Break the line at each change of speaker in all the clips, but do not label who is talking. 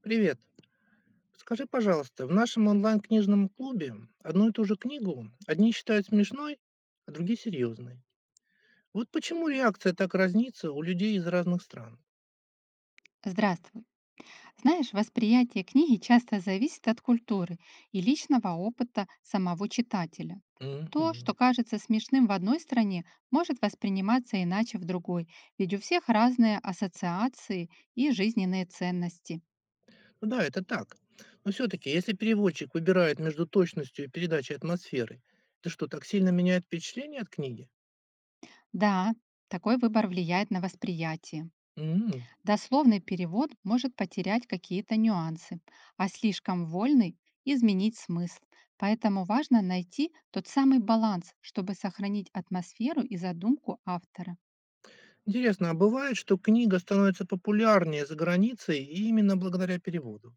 Привет. Скажи, пожалуйста, в нашем онлайн-книжном клубе одну и ту же книгу одни считают смешной, а другие серьезной. Вот почему реакция так разнится у людей из разных стран.
Здравствуй. Знаешь, восприятие книги часто зависит от культуры и личного опыта самого читателя. То, что
Мгм.
кажется смешным в одной стране, может восприниматься иначе в другой, ведь у всех разные ассоциации и жизненные ценности.
Ну да, это так. Но все-таки, если переводчик выбирает между точностью и передачей атмосферы, это что, так сильно меняет впечатление от книги?
Да, такой выбор влияет на восприятие.
М.
Дословный перевод может потерять какие-то нюансы, а слишком вольный– изменить смысл. Поэтому важно найти тот самый баланс, чтобы сохранить атмосферу и задумку автора.
Интересно, а бывает, что книга становится популярнее за границей именно благодаря переводу?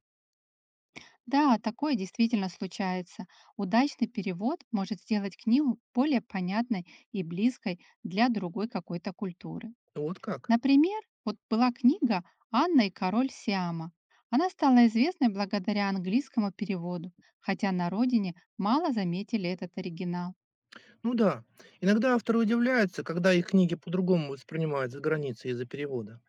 Да, такое действительно случается. Удачный перевод может сделать книгу более понятной и близкой для другой какой-то культуры.
Вот как?
Например, вот была книга «Анна и король Сиама». Она стала известной благодаря английскому переводу, хотя на родине мало заметили этот оригинал.
Ну да. Иногда авторы удивляются, когда их книги по-другому воспринимают за границей из-за перевода.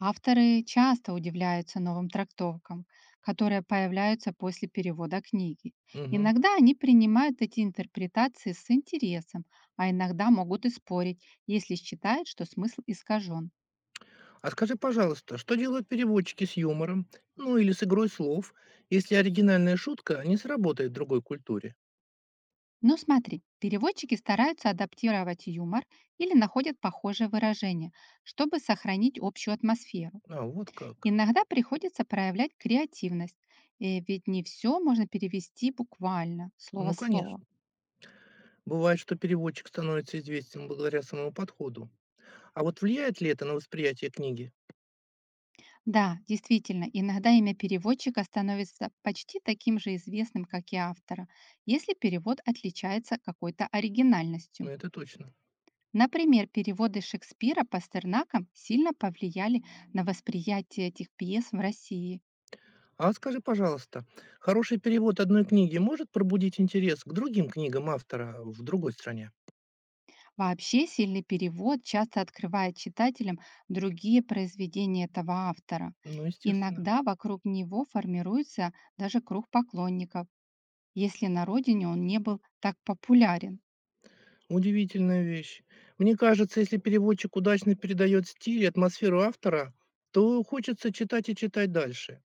Авторы часто удивляются новым трактовкам, которые появляются после перевода книги.
Мгм.
Иногда они принимают эти интерпретации с интересом, а иногда могут и спорить, если считают, что смысл искажен.
А скажи, пожалуйста, что делают переводчики с юмором, ну или с игрой слов, если оригинальная шутка не сработает в другой культуре?
Ну смотри, переводчики стараются адаптировать юмор или находят похожие выражения, чтобы сохранить общую атмосферу.
А, вот как.
Иногда приходится проявлять креативность, ведь не все можно перевести буквально,
Ну,
слово-слово.
конечно. Бывает, что переводчик становится известен благодаря самому подходу. А вот влияет ли это на восприятие книги?
Да, действительно, иногда имя переводчика становится почти таким же известным, как и автора, если перевод отличается какой-то
Ну,
оригинальностью.
это точно.
Например, переводы Шекспира Пастернака сильно повлияли на восприятие этих пьес в России.
А вот скажи, пожалуйста, хороший перевод одной книги может пробудить интерес к другим книгам автора в другой стране?
Вообще сильный перевод часто открывает читателям другие произведения этого автора.
Ну, естественно.
Иногда вокруг него формируется даже круг поклонников, если на родине он не был так популярен.
Удивительная вещь. Мне кажется, если переводчик удачно передает стиль и атмосферу автора, то хочется читать и читать дальше.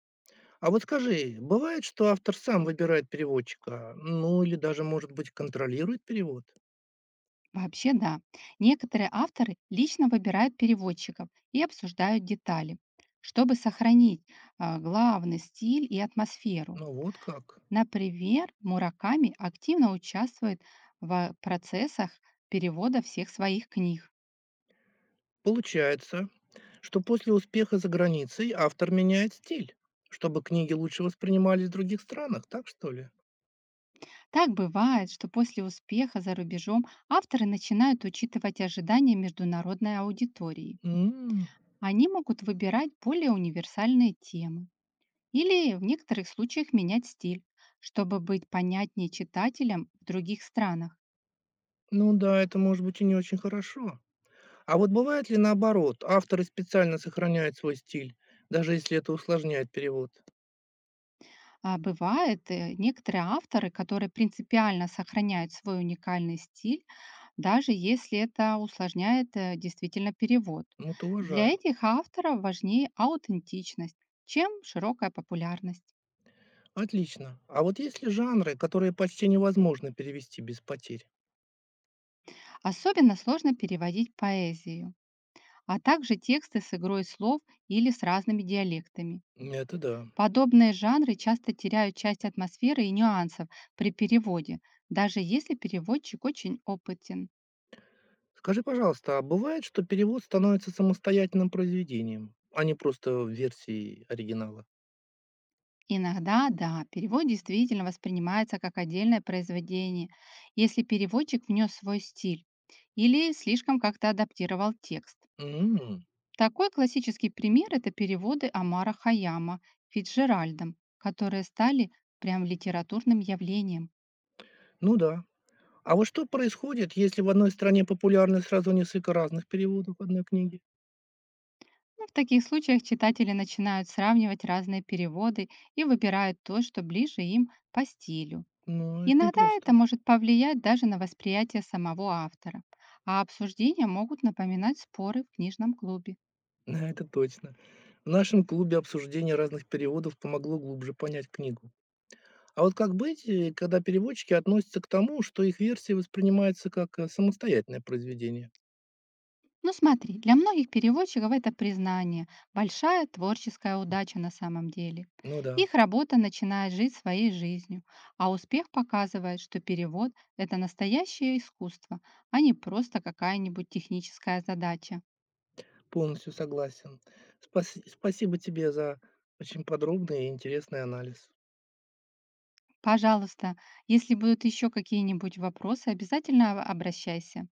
А вот скажи, бывает, что автор сам выбирает переводчика? Ну, или даже, может быть, контролирует перевод?
Вообще да, некоторые авторы лично выбирают переводчиков и обсуждают детали, чтобы сохранить главный стиль и атмосферу.
Ну, вот как.
Например, Мураками активно участвует в процессах перевода всех своих книг.
Получается, что после успеха за границей автор меняет стиль, чтобы книги лучше воспринимались в других странах, так что ли?
Так бывает, что после успеха за рубежом авторы начинают учитывать ожидания международной аудитории.
М.
Они могут выбирать более универсальные темы или в некоторых случаях менять стиль, чтобы быть понятнее читателям в других странах.
Ну да, это может быть и не очень хорошо. А вот бывает ли наоборот, авторы специально сохраняют свой стиль, даже если это усложняет перевод?
А бывает, некоторые авторы, которые принципиально сохраняют свой уникальный стиль, даже если это усложняет действительно перевод.
Вот
Для
уважаю.
этих авторов важнее аутентичность, чем широкая популярность.
Отлично. А вот есть ли жанры, которые почти невозможно перевести без потерь?
Особенно сложно переводить поэзию, а также тексты с игрой слов или с разными диалектами.
Это да.
Подобные жанры часто теряют часть атмосферы и нюансов при переводе, даже если переводчик очень опытен.
Скажи, пожалуйста, а бывает, что перевод становится самостоятельным произведением, а не просто версией оригинала?
Иногда, да, перевод действительно воспринимается как отдельное произведение, если переводчик внес свой стиль или слишком как-то адаптировал текст.
М.
Такой классический пример– это переводы Амара Хаяма Фицджеральдом, которые стали прям литературным явлением.
Ну да. А вот что происходит, если в одной стране популярны сразу несколько разных переводов одной книги?
Ну, в таких случаях читатели начинают сравнивать разные переводы и выбирают то, что ближе им по стилю.
Ну, это
Иногда это
непросто.
может повлиять даже на восприятие самого автора, а обсуждения могут напоминать споры в книжном клубе.
Да, это точно. В нашем клубе обсуждение разных переводов помогло глубже понять книгу. А вот как быть, когда переводчики относятся к тому, что их версия воспринимается как самостоятельное произведение?
Ну смотри, для многих переводчиков это признание, большая творческая удача на самом деле.
Ну да,
Их работа начинает жить своей жизнью, а успех показывает, что перевод– это настоящее искусство, а не просто какая-нибудь техническая задача.
полностью согласен. Спасибо тебе за очень подробный и интересный анализ.
Пожалуйста, если будут еще какие-нибудь вопросы, обязательно обращайся.